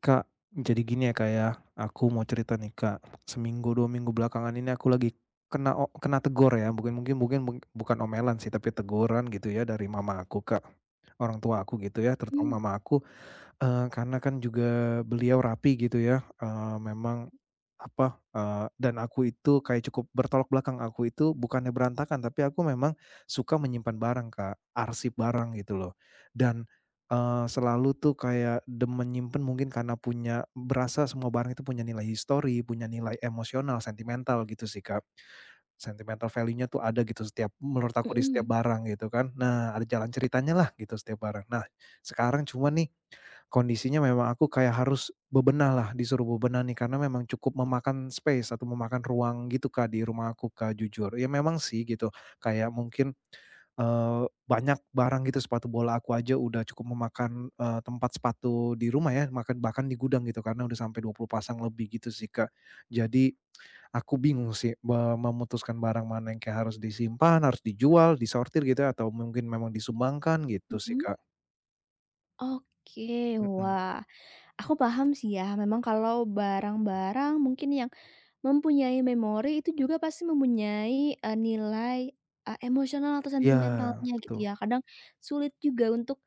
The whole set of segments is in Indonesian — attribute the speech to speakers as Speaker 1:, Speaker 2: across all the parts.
Speaker 1: Kak, jadi gini ya, Kak, ya. Aku mau cerita nih, Kak. Seminggu, 2 minggu belakangan ini aku lagi kena tegur ya, mungkin mungkin mungkin mung bukan omelan sih, tapi teguran gitu ya dari mama aku, Kak. Orang tua aku gitu ya,
Speaker 2: Mmm,
Speaker 1: terutama mama aku. Karena kan juga beliau rapi gitu ya, memang apa, dan aku itu kayak cukup bertolak belakang, aku itu bukannya berantakan, tapi aku memang suka menyimpan barang Kak, arsip barang gitu loh. Dan, selalu tuh kayak demen nyimpen mungkin karena punya berasa semua barang itu punya nilai histori, punya nilai emosional, sentimental gitu sih Kak. Sentimental value-nya tuh ada gitu setiap menurut aku di setiap
Speaker 2: mhm
Speaker 1: barang gitu kan. Nah, ada jalan ceritanya lah gitu setiap barang. Nah, sekarang cuma nih kondisinya memang aku kayak harus bebenah lah, disuruh bebenah nih karena memang cukup memakan space atau memakan ruang gitu, Kak, di rumah aku, Kak, jujur. Ya memang sih gitu, kayak mungkin, eee, banyak barang gitu sepatu bola aku aja udah cukup memakan, tempat sepatu di rumah ya, makan bahkan di gudang gitu karena udah sampai 20 pasang lebih gitu sih, Kak. Jadi aku bingung sih memutuskan barang mana yang kayak harus disimpan, harus dijual, disortir gitu ya, atau mungkin memang disumbangkan gitu sih,
Speaker 2: mhm.
Speaker 1: Kak.
Speaker 2: Oke,
Speaker 1: Mhm.
Speaker 2: wah, aku paham sih ya, memang kalau barang-barang mungkin yang mempunyai memori itu juga pasti mempunyai, nilai, emosional atau
Speaker 1: Iya,
Speaker 2: sentimentalnya gitu
Speaker 1: betul
Speaker 2: ya. Kadang sulit juga untuk,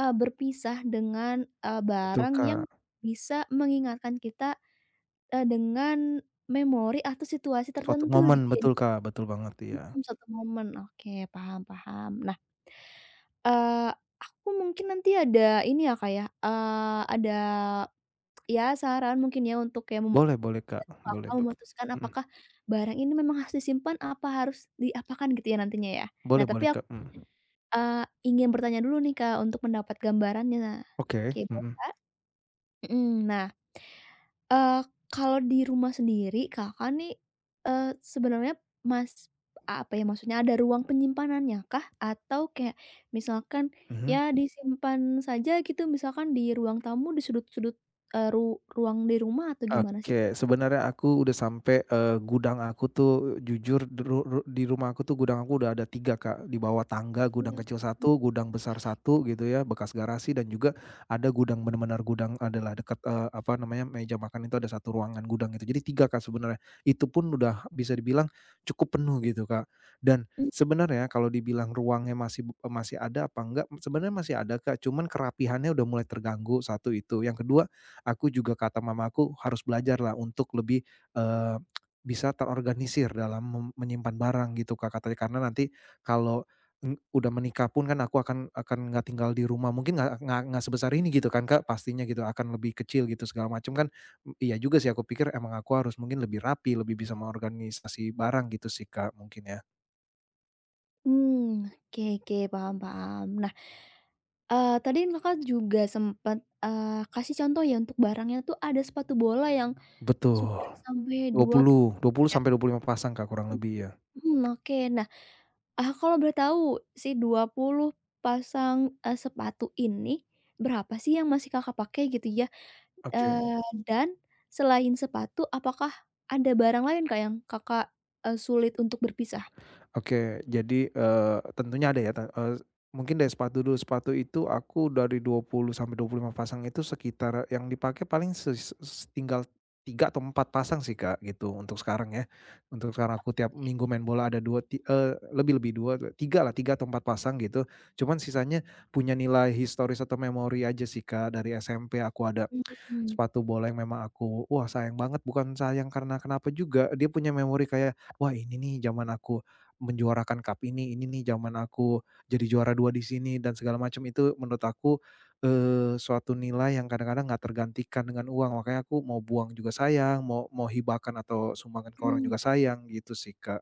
Speaker 2: berpisah dengan,
Speaker 1: betul,
Speaker 2: barang yang
Speaker 1: Kak.
Speaker 2: bisa mengingatkan kita, dengan memori atau situasi
Speaker 1: Suatu
Speaker 2: tertentu
Speaker 1: momen,
Speaker 2: gitu ya
Speaker 1: betul,
Speaker 2: di.
Speaker 1: Kak, betul banget, iya.
Speaker 2: Mhm, Suatu momen. Oke, paham paham. Nah, Eee, aku mungkin nanti ada ini ya, Kak, ya, ada ya saran mungkin ya untuk kayak
Speaker 1: Boleh boleh, Kak,
Speaker 2: bantu
Speaker 1: boleh,
Speaker 2: Kakak memutuskan
Speaker 1: mhm,
Speaker 2: apakah barang ini memang harus disimpan apa harus diapakan gitu ya nantinya ya. Nah
Speaker 1: boleh
Speaker 2: tapi
Speaker 1: boleh,
Speaker 2: aku,
Speaker 1: Kak, mhm.
Speaker 2: ingin bertanya dulu nih, Kak, untuk mendapat gambarannya.
Speaker 1: Oke,
Speaker 2: Oke boleh,
Speaker 1: mhm,
Speaker 2: Kak? Mhm. Nah, Eee, kalau di rumah sendiri Kakak nih, eee, sebenarnya mas apa ya, maksudnya ada ruang penyimpanannya kah? Atau kayak misalkan
Speaker 1: mhm.
Speaker 2: ya disimpan saja gitu, misalkan di ruang tamu, di sudut-sudut, eee, ru ruang di rumah atau gimana sih, Kak?
Speaker 1: Oke, sebenarnya aku udah sampai, gudang aku tuh jujur di rumah aku tuh gudang aku udah ada 3 Kak. Di bawah tangga gudang kecil satu, gudang besar satu gitu ya, bekas garasi dan juga ada gudang benar-benar gudang adalah dekat, apa namanya, meja makan itu ada satu ruangan gudang gitu. Jadi 3 Kak, sebenarnya. Itu pun udah bisa dibilang cukup penuh gitu, Kak. Dan sebenarnya kalau dibilang ruangnya masih masih ada apa enggak, sebenarnya masih ada, Kak, cuman kerapihannya udah mulai terganggu, satu itu. Yang kedua. Aku juga kata mamaku harus belajarlah untuk lebih, eee, bisa terorganisir dalam menyimpan barang gitu Kak katanya karena nanti kalau, udah menikah pun kan aku akan nggak tinggal di rumah mungkin nggak sebesar ini gitu kan Kak pastinya gitu akan lebih kecil gitu segala macam kan, iya juga sih aku pikir emang aku harus mungkin lebih rapi lebih bisa mengorganisasi barang gitu sih Kak mungkin ya.
Speaker 2: Mmm, oke oke, paham paham. Nah, tadi Kakak juga sempet, kasih contoh ya untuk barangnya tuh ada sepatu bola yang sudah
Speaker 1: Betul,
Speaker 2: sampai 20
Speaker 1: 20, 20
Speaker 2: ya?
Speaker 1: sampai 25 pasang Kak kurang lebih ya.
Speaker 2: Mhm, oke. Nah, kalau boleh tahu, si 20 pasang, sepatu ini, berapa sih yang masih Kakak pakai gitu ya?
Speaker 1: Oke.
Speaker 2: Eee, dan selain sepatu, apakah ada barang lain Kak, yang Kakak, sulit untuk berpisah?
Speaker 1: Oke, jadi, tentunya ada ya, mungkin dari sepatu dulu, sepatu itu aku dari 20 sampai 25 pasang itu sekitar yang dipakai paling ses s tinggal 3 atau 4 pasang sih, Kak, gitu untuk sekarang ya. Untuk sekarang aku tiap minggu main bola ada lebih lebih 2 tiga lah, 3 atau 4 pasang gitu. Cuman sisanya punya nilai historis atau memori aja sih, Kak, dari SMP aku ada
Speaker 2: Mhm,
Speaker 1: sepatu bola yang memang aku wah sayang banget, bukan sayang karena kenapa juga, dia punya memori kayak, "Wah ini nih zaman aku menjuarakan cup ini nih zaman aku jadi juara 2 di sini," dan segala macam. Itu menurut aku, suatu nilai yang kadang-kadang nggak tergantikan dengan uang, makanya aku mau buang juga sayang, mau mau hibahkan atau sumbangan ke orang
Speaker 2: mmm,
Speaker 1: juga sayang, gitu sih, Kak.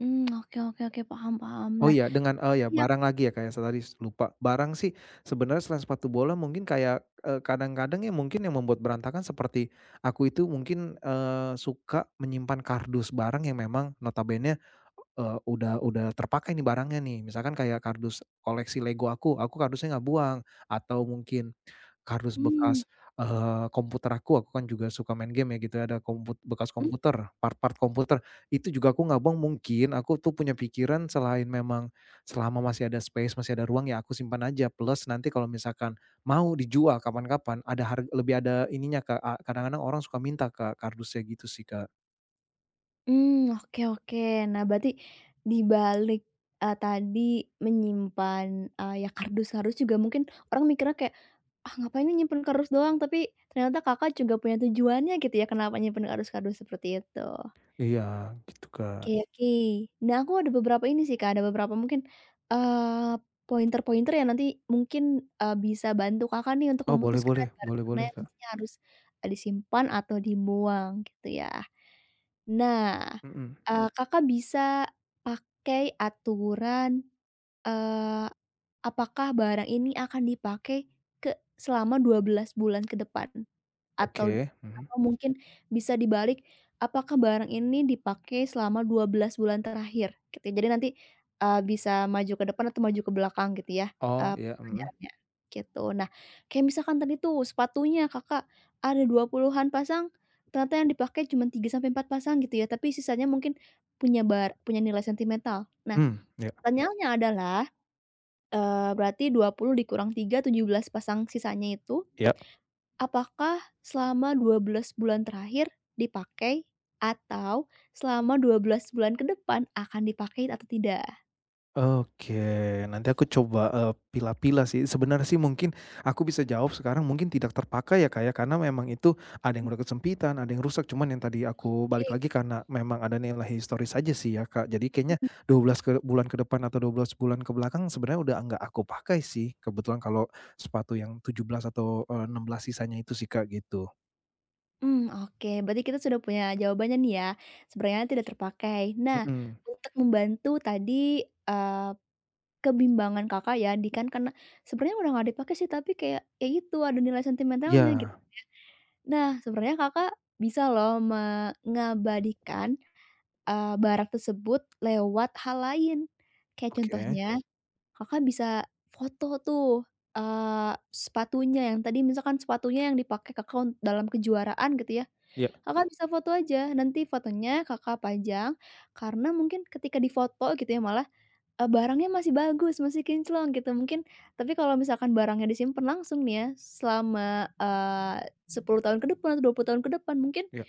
Speaker 2: mmm, oke oke oke, paham paham.
Speaker 1: Oh
Speaker 2: Nah,
Speaker 1: iya,
Speaker 2: tadi yang
Speaker 1: barang lagi ya, kayak saya tadi lupa. Barang sih sebenarnya selain sepatu bola mungkin kayak, kadang-kadang ya mungkin yang membuat berantakan seperti aku itu mungkin, suka menyimpan kardus barang yang memang notabene, eee, udah terpakai nih barangnya nih. Misalkan kayak kardus koleksi Lego aku kardusnya nggak buang, atau mungkin kardus
Speaker 2: mmm.
Speaker 1: bekas, komputer aku kan juga suka main game ya gitu ya, ada bekas komputer, part-part komputer itu juga aku nggak mungkin aku tuh punya pikiran selain memang selama masih ada space, masih ada ruang, ya aku simpan aja. Plus nanti kalau misalkan mau dijual kapan-kapan, ada harga lebih ada ininya Kak, kadang-kadang orang suka minta Kak, kardusnya gitu sih Kak.
Speaker 2: Mmm, oke oke. Nah, berarti di balik, tadi menyimpan, ya kardus-kardus juga mungkin orang mikirnya kayak, "Ah, ngapain nih nyimpen kardus doang?" Tapi ternyata Kakak juga punya tujuannya gitu ya kenapa nyimpen kardus-kardus seperti itu.
Speaker 1: Iya gitu
Speaker 2: Oke
Speaker 1: Kak.
Speaker 2: oke. Nah, aku ada beberapa ini sih, Kak, ada beberapa mungkin, eee, pointer-pointer yang nanti mungkin, bisa bantu Kakak nih untuk
Speaker 1: Oh boleh
Speaker 2: memutuskan
Speaker 1: boleh
Speaker 2: barang
Speaker 1: boleh
Speaker 2: mana
Speaker 1: boleh
Speaker 2: yang
Speaker 1: Kak.
Speaker 2: nantinya harus, disimpan atau dibuang gitu ya. Nah,
Speaker 1: Mhm.
Speaker 2: Kakak bisa pakai aturan, eee, apakah barang ini akan dipakai selama 12 bulan ke depan. Atau
Speaker 1: Oke, mhm.
Speaker 2: atau mungkin bisa dibalik, apakah barang ini dipakai selama 12 bulan terakhir, gitu, ya. Jadi nanti, bisa maju ke depan atau maju ke belakang gitu ya,
Speaker 1: Oh iya, mhm.
Speaker 2: pertanyaannya, gitu. Nah, kayak misalkan tadi tuh sepatunya Kakak ada 20-an pasang, ternyata yang dipakai cuma 3 sampai 4 pasang gitu ya, tapi sisanya mungkin punya punya nilai sentimental. Nah,
Speaker 1: Mmm, iya
Speaker 2: pertanyaannya adalah, berarti 20 dikurang tiga 17 pasang sisanya itu.
Speaker 1: iya.
Speaker 2: Apakah selama 12 bulan terakhir dipakai atau selama 12 bulan ke depan akan dipakai atau tidak?
Speaker 1: Oke, nanti aku coba, pilah-pilah sih. Sebenarnya sih mungkin aku bisa jawab sekarang mungkin tidak terpakai ya, Kak, ya, karena memang itu ada yang udah kesempitan, ada yang rusak, cuman yang tadi aku balik
Speaker 2: Oke,
Speaker 1: lagi karena memang ada nilai historis aja sih ya, Kak. Jadi kayaknya
Speaker 2: mhm.
Speaker 1: 12 ke bulan ke depan atau 12 bulan ke belakang sebenarnya udah nggak aku pakai sih, kebetulan kalau sepatu yang 17 atau, eh, 16 sisanya itu sih, Kak, gitu.
Speaker 2: Mhm, oke, berarti kita sudah punya jawabannya nih ya, sebenarnya tidak terpakai. Nah,
Speaker 1: Mhm.
Speaker 2: untuk membantu tadi, eee, kebimbangan Kakak ya, kan karena sebenarnya udah nggak dipakai sih, tapi kayak ya itu ada nilai sentimentalnya gitu
Speaker 1: Iya,
Speaker 2: kan ya. Nah, sebenarnya Kakak bisa loh mengabadikan barang tersebut lewat hal lain. Kayak
Speaker 1: oke.
Speaker 2: contohnya, Kakak bisa foto tuh, sepatunya yang tadi misalkan sepatunya yang dipakai Kakak dalam kejuaraan gitu ya,
Speaker 1: Ya,
Speaker 2: Kakak bisa foto aja, nanti fotonya Kakak pajang, karena mungkin ketika difoto gitu ya malah barangnya masih bagus, masih kinclong gitu mungkin tapi kalau misalkan barangnya disimpen langsung nih ya selama, eee, 10 tahun ke depan, atau 20 tahun ke depan mungkin,
Speaker 1: ya.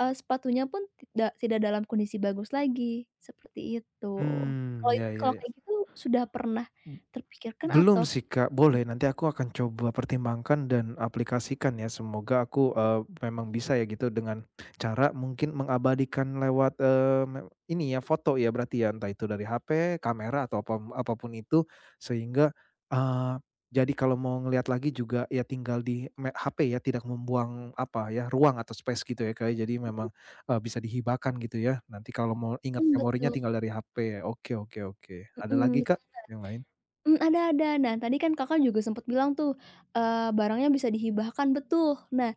Speaker 2: sepatunya pun tidak tidak dalam kondisi bagus lagi, seperti itu.
Speaker 1: Hmm,
Speaker 2: Kalau it
Speaker 1: ya ya
Speaker 2: kalau
Speaker 1: ya.
Speaker 2: kayak gitu sudah pernah terpikirkan
Speaker 1: Belum
Speaker 2: atau.
Speaker 1: sih, Kak. Boleh, nanti aku akan coba pertimbangkan dan aplikasikan ya. Semoga aku, memang bisa ya gitu dengan cara mungkin mengabadikan lewat, eee, me ini ya, foto ya berarti ya, entah itu dari HP, kamera, atau apapun itu sehingga, eee, jadi kalau mau ngelihat lagi juga ya tinggal di HP ya, tidak membuang apa ya, ruang atau space gitu ya, Kak, ya. Jadi memang, bisa dihibahkan gitu ya. Nanti kalau mau ingat
Speaker 2: Mhm,
Speaker 1: memorinya
Speaker 2: betul,
Speaker 1: tinggal dari HP. Oke oke oke. Ada
Speaker 2: mhm.
Speaker 1: lagi, Kak, yang lain?
Speaker 2: Mmm, ada ada. Nah, tadi kan Kakak juga sempet bilang tuh, barangnya bisa dihibahkan, betul. Nah,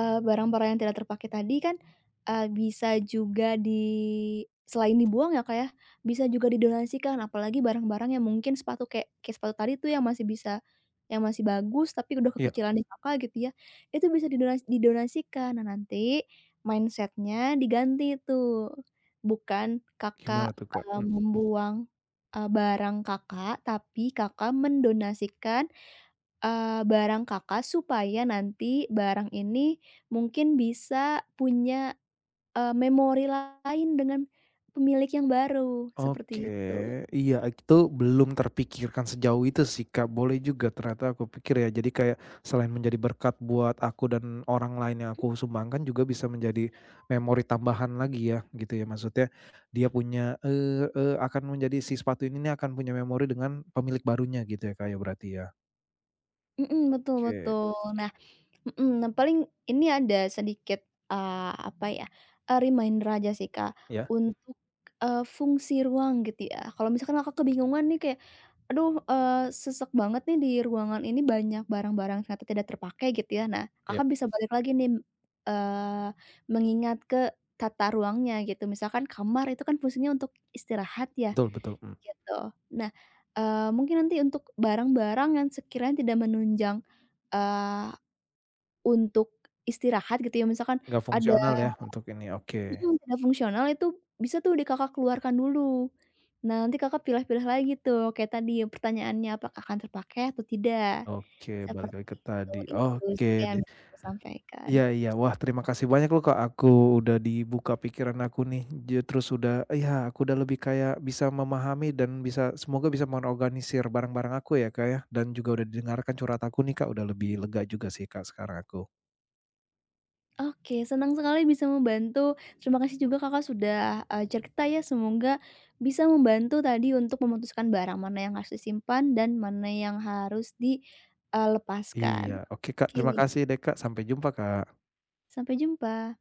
Speaker 2: barang-barang yang tidak terpakai tadi kan, bisa juga selain dibuang ya, Kak, ya, bisa juga didonasikan, apalagi barang-barang yang mungkin sepatu kayak kayak sepatu tadi tuh yang masih bagus tapi udah
Speaker 1: Iya.
Speaker 2: kekecilan di Kakak gitu ya, itu bisa didonasikan. Nah, nanti mindset-nya diganti tuh, bukan
Speaker 1: Gimana
Speaker 2: Kakak,
Speaker 1: tuh, Kak?
Speaker 2: membuang barang Kakak, tapi Kakak mendonasikan, barang Kakak supaya nanti barang ini mungkin bisa punya, memori lain dengan pemilik yang baru, seperti
Speaker 1: Oke,
Speaker 2: itu.
Speaker 1: iya itu belum terpikirkan sejauh itu sih, Kak, boleh juga ternyata aku pikir ya, jadi kayak selain menjadi berkat buat aku dan orang lain yang aku sumbangkan juga bisa menjadi memori tambahan lagi ya, gitu ya maksudnya dia punya, eee eee, akan menjadi si sepatu ini nih akan punya memori dengan pemilik barunya gitu ya, Kak, ya berarti ya?
Speaker 2: Mhm, betul
Speaker 1: Oke,
Speaker 2: betul. Nah mhm, nah, paling ini ada sedikit, apa ya, reminder aja sih Kak,
Speaker 1: iya
Speaker 2: untuk, fungsi ruang gitu ya. Kalau misalkan Kakak kebingungan nih kayak Aduh, sesek banget nih di ruangan ini banyak barang-barang ternyata tidak terpakai gitu ya. Nah,
Speaker 1: iya,
Speaker 2: Kakak bisa balik lagi nih, eee, mengingat ke tata ruangnya gitu. Misalkan kamar itu kan fungsinya untuk istirahat ya,
Speaker 1: betul betul,
Speaker 2: gitu. Nah, mungkin nanti untuk barang-barang yang sekiranya tidak menunjang, eee, untuk istirahat gitu ya, misalkan
Speaker 1: nggak
Speaker 2: ada.
Speaker 1: fungsional ya untuk ini, oke
Speaker 2: Mhm, tidak fungsional itu bisa tuh di Kakak keluarkan dulu. Nah, nanti Kakak pilah-pilah lagi tuh kayak tadi pertanyaannya apakah akan terpakai atau tidak,
Speaker 1: oke balik
Speaker 2: seperti
Speaker 1: lagi ke
Speaker 2: itu.
Speaker 1: tadi,
Speaker 2: Itu
Speaker 1: oke.
Speaker 2: sih Kak, yang bisa aku sampaikan.
Speaker 1: Iya iya. Wah, terima kasih banyak loh, Kak, aku udah dibuka pikiran aku nih, terus udah iya, aku udah lebih kayak bisa memahami dan bisa semoga bisa mengorganisir barang-barang aku ya, Kak, ya, dan juga udah didengarkan curhat aku nih, Kak, udah lebih lega juga sih, Kak, sekarang aku.
Speaker 2: Oke, senang sekali bisa membantu. Terima kasih juga Kakak sudah, cerita ya, semoga bisa membantu tadi untuk memutuskan barang mana yang harus disimpan dan mana yang harus
Speaker 1: Iya.
Speaker 2: lepaskan.
Speaker 1: Oke, Kak, terima
Speaker 2: Oke,
Speaker 1: kasih deh, Kak. Sampai jumpa, Kak.
Speaker 2: sampai jumpa.